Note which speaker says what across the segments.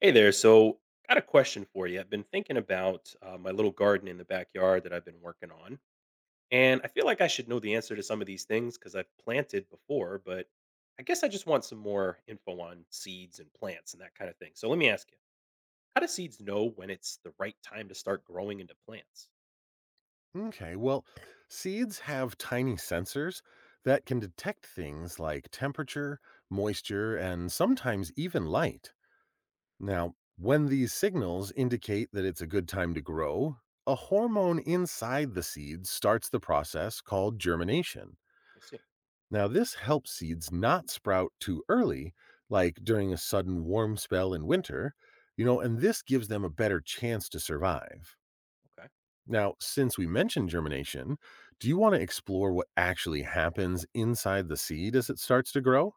Speaker 1: Hey there. So, got a question for you. I've been thinking about my little garden in the backyard that I've been working on. And I feel like I should know the answer to some of these things because I've planted before, but I guess I just want some more info on seeds and plants and that kind of thing. So, let me ask you, how do seeds know when it's the right time to start growing into plants?
Speaker 2: Okay, well, seeds have tiny sensors that can detect things like temperature, moisture, and sometimes even light. Now, when these signals indicate that it's a good time to grow, a hormone inside the seeds starts the process called germination.
Speaker 1: I see.
Speaker 2: Now, this helps seeds not sprout too early, like during a sudden warm spell in winter, and this gives them a better chance to survive.
Speaker 1: Okay.
Speaker 2: Now, since we mentioned germination, do you want to explore what actually happens inside the seed as it starts to grow?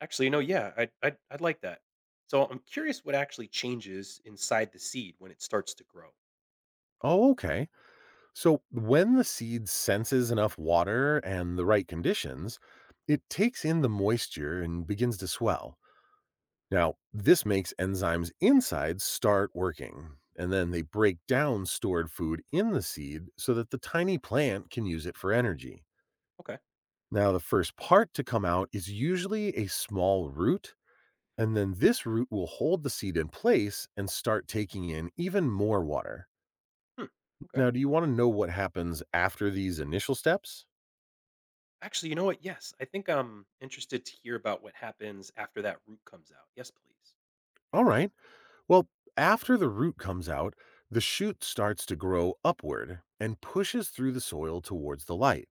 Speaker 1: Actually, you know, yeah, I'd like that. So, I'm curious what actually changes inside the seed when it starts to grow.
Speaker 2: Oh, okay. So, when the seed senses enough water and the right conditions, it takes in the moisture and begins to swell. Now, this makes enzymes inside start working, and then they break down stored food in the seed so that the tiny plant can use it for energy.
Speaker 1: Okay.
Speaker 2: Now, the first part to come out is usually a small root. And then this root will hold the seed in place and start taking in even more water.
Speaker 1: Hmm. Okay.
Speaker 2: Now, do you want to know what happens after these initial steps?
Speaker 1: Actually, you know what? Yes, I think I'm interested to hear about what happens after that root comes out. Yes, please.
Speaker 2: All right. Well, after the root comes out, the shoot starts to grow upward and pushes through the soil towards the light.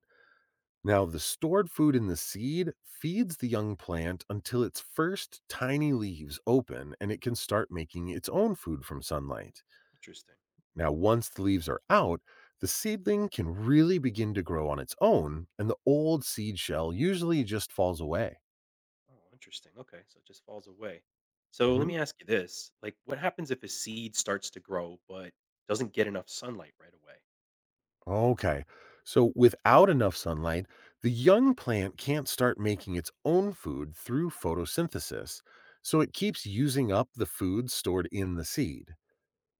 Speaker 2: Now, the stored food in the seed feeds the young plant until its first tiny leaves open and it can start making its own food from sunlight.
Speaker 1: Interesting.
Speaker 2: Now, once the leaves are out, the seedling can really begin to grow on its own, and the old seed shell usually just falls away.
Speaker 1: Oh, interesting. Okay, so it just falls away. So let
Speaker 2: Mhm.
Speaker 1: me ask you this: like, what happens if a seed starts to grow but doesn't get enough sunlight right away?
Speaker 2: Okay. So, without enough sunlight, the young plant can't start making its own food through photosynthesis. So, it keeps using up the food stored in the seed.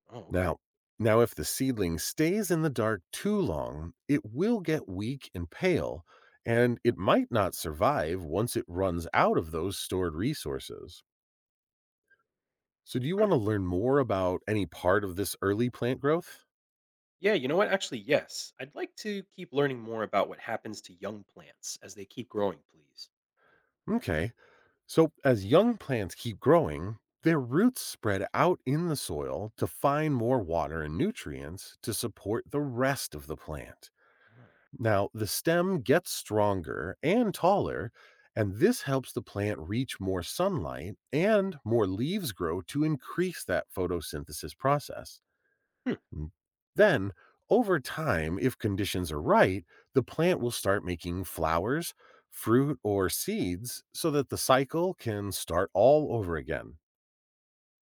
Speaker 1: Oh, okay.
Speaker 2: Now, now if the seedling stays in the dark too long, it will get weak and pale, and it might not survive once it runs out of those stored resources. So do you
Speaker 1: Hmm.
Speaker 2: want to learn more about any part of this early plant growth?
Speaker 1: Yeah, you know what? Actually, yes. I'd like to keep learning more about what happens to young plants as they keep growing, please.
Speaker 2: Okay. So as young plants keep growing, their roots spread out in the soil to find more water and nutrients to support the rest of the plant.
Speaker 1: Ah.
Speaker 2: Now, the stem gets stronger and taller, and this helps the plant reach more sunlight and more leaves grow to increase that photosynthesis process. Mm. Then, over time, if conditions are right, the plant will start making flowers, fruit, or seeds so that the cycle can start all over again.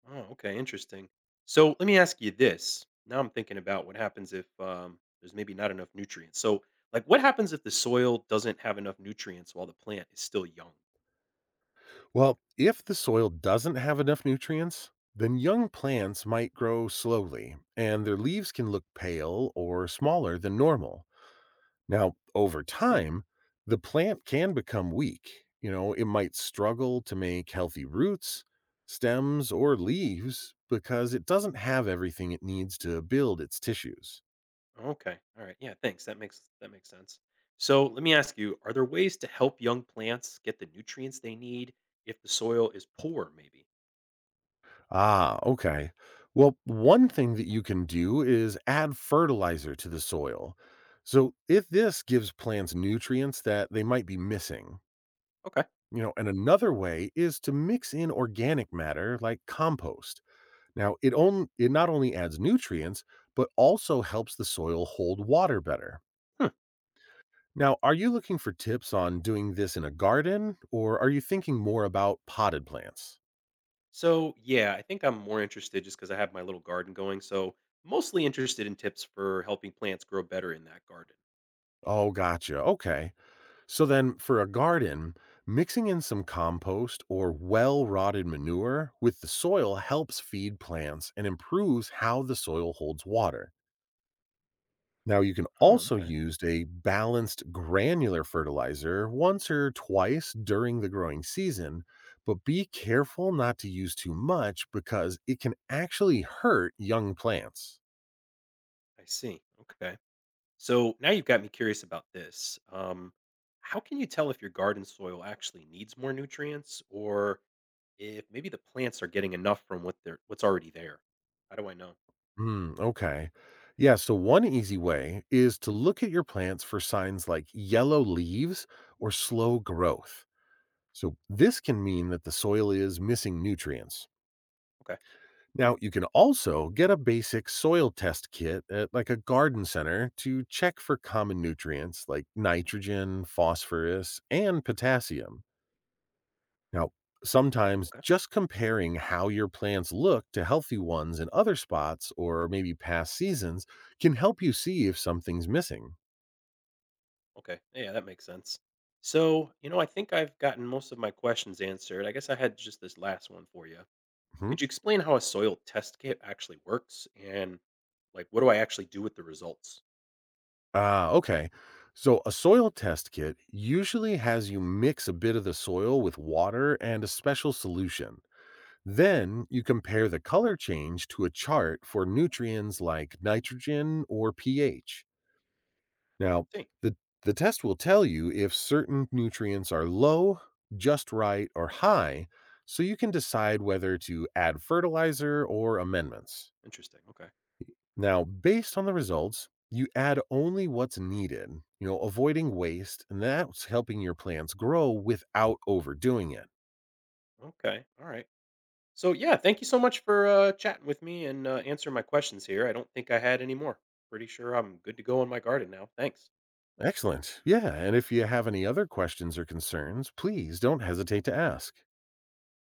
Speaker 1: Oh, okay, interesting. So let me ask you this. Now I'm thinking about what happens if there's maybe not enough nutrients. So, like, what happens if the soil doesn't have enough nutrients while the plant is still young? I
Speaker 2: Well, if the soil doesn't have enough nutrients, then young plants might grow slowly and their leaves can look pale or smaller than normal. Now, over
Speaker 1: see.
Speaker 2: time, the plant can become weak. It might struggle to make healthy roots, stems, or leaves because it doesn't have everything it needs to build its tissues.
Speaker 1: Okay, all right, yeah, thanks. That makes sense. So let me ask you: are there ways to help young plants get the nutrients they need if the soil is poor? Maybe.
Speaker 2: Ah, okay. Well, one thing that you can do is add fertilizer to the soil. So, if this gives plants nutrients that they might be missing,
Speaker 1: Okay.
Speaker 2: you know, and another way is to mix in organic matter like compost. Now, it not only adds nutrients, but also helps the soil hold water better.
Speaker 1: Hmm.
Speaker 2: Now, are you looking for tips on doing this in a garden or are you thinking more about potted plants?
Speaker 1: So yeah, I think I'm more interested just because I have my little garden going. So mostly interested in tips for helping plants grow better in that garden.
Speaker 2: Oh, gotcha. Okay. So then, for a garden, mixing in some compost or well rotted manure with the soil helps feed plants and improves how the soil holds water. Now, you can
Speaker 1: Oh,
Speaker 2: also
Speaker 1: okay.
Speaker 2: use a balanced granular fertilizer once or twice during the growing season, but be careful not to use too much because it can actually hurt young plants.
Speaker 1: I see. Okay. So now you've got me curious about this. How can you tell if your garden soil actually needs more nutrients or if maybe the plants are getting enough from what's already there? How do I know?
Speaker 2: Hmm. Okay. Yeah, so one easy way is to look at your plants for signs like yellow leaves or slow growth. So this can mean that the soil is missing nutrients.
Speaker 1: Okay.
Speaker 2: Now, you can also get a basic soil test kit at like a garden center to check for common nutrients like nitrogen, phosphorus, and potassium. Now, sometimes
Speaker 1: Okay.
Speaker 2: just comparing how your plants look to healthy ones in other spots or maybe past seasons can help you see if something's missing.
Speaker 1: Okay. Yeah, that makes sense. So, you know, I think I've gotten most of my questions answered. I guess I had just this last one for you.
Speaker 2: Mhm.
Speaker 1: Could you explain how a soil test kit actually works and like what do I actually do with the results?
Speaker 2: Ah, okay. So, a soil test kit usually has you mix a bit of the soil with water and a special solution. Then you compare the color change to a chart for nutrients like nitrogen or pH. Now,
Speaker 1: See.
Speaker 2: the, the test will tell you if certain nutrients are low, just right, or high, so you can decide whether to add fertilizer or amendments.
Speaker 1: Interesting. Okay.
Speaker 2: Now, based on the results, you add only what's needed, avoiding waste, and that's helping your plants grow without overdoing it.
Speaker 1: Okay. All right. So yeah, thank you so much for chatting with me and answering my questions here. I don't think I had any more. Pretty sure I'm good to go in my garden now. Thanks.
Speaker 2: Excellent. Yeah. And if you have any other questions or concerns, please don't hesitate to ask.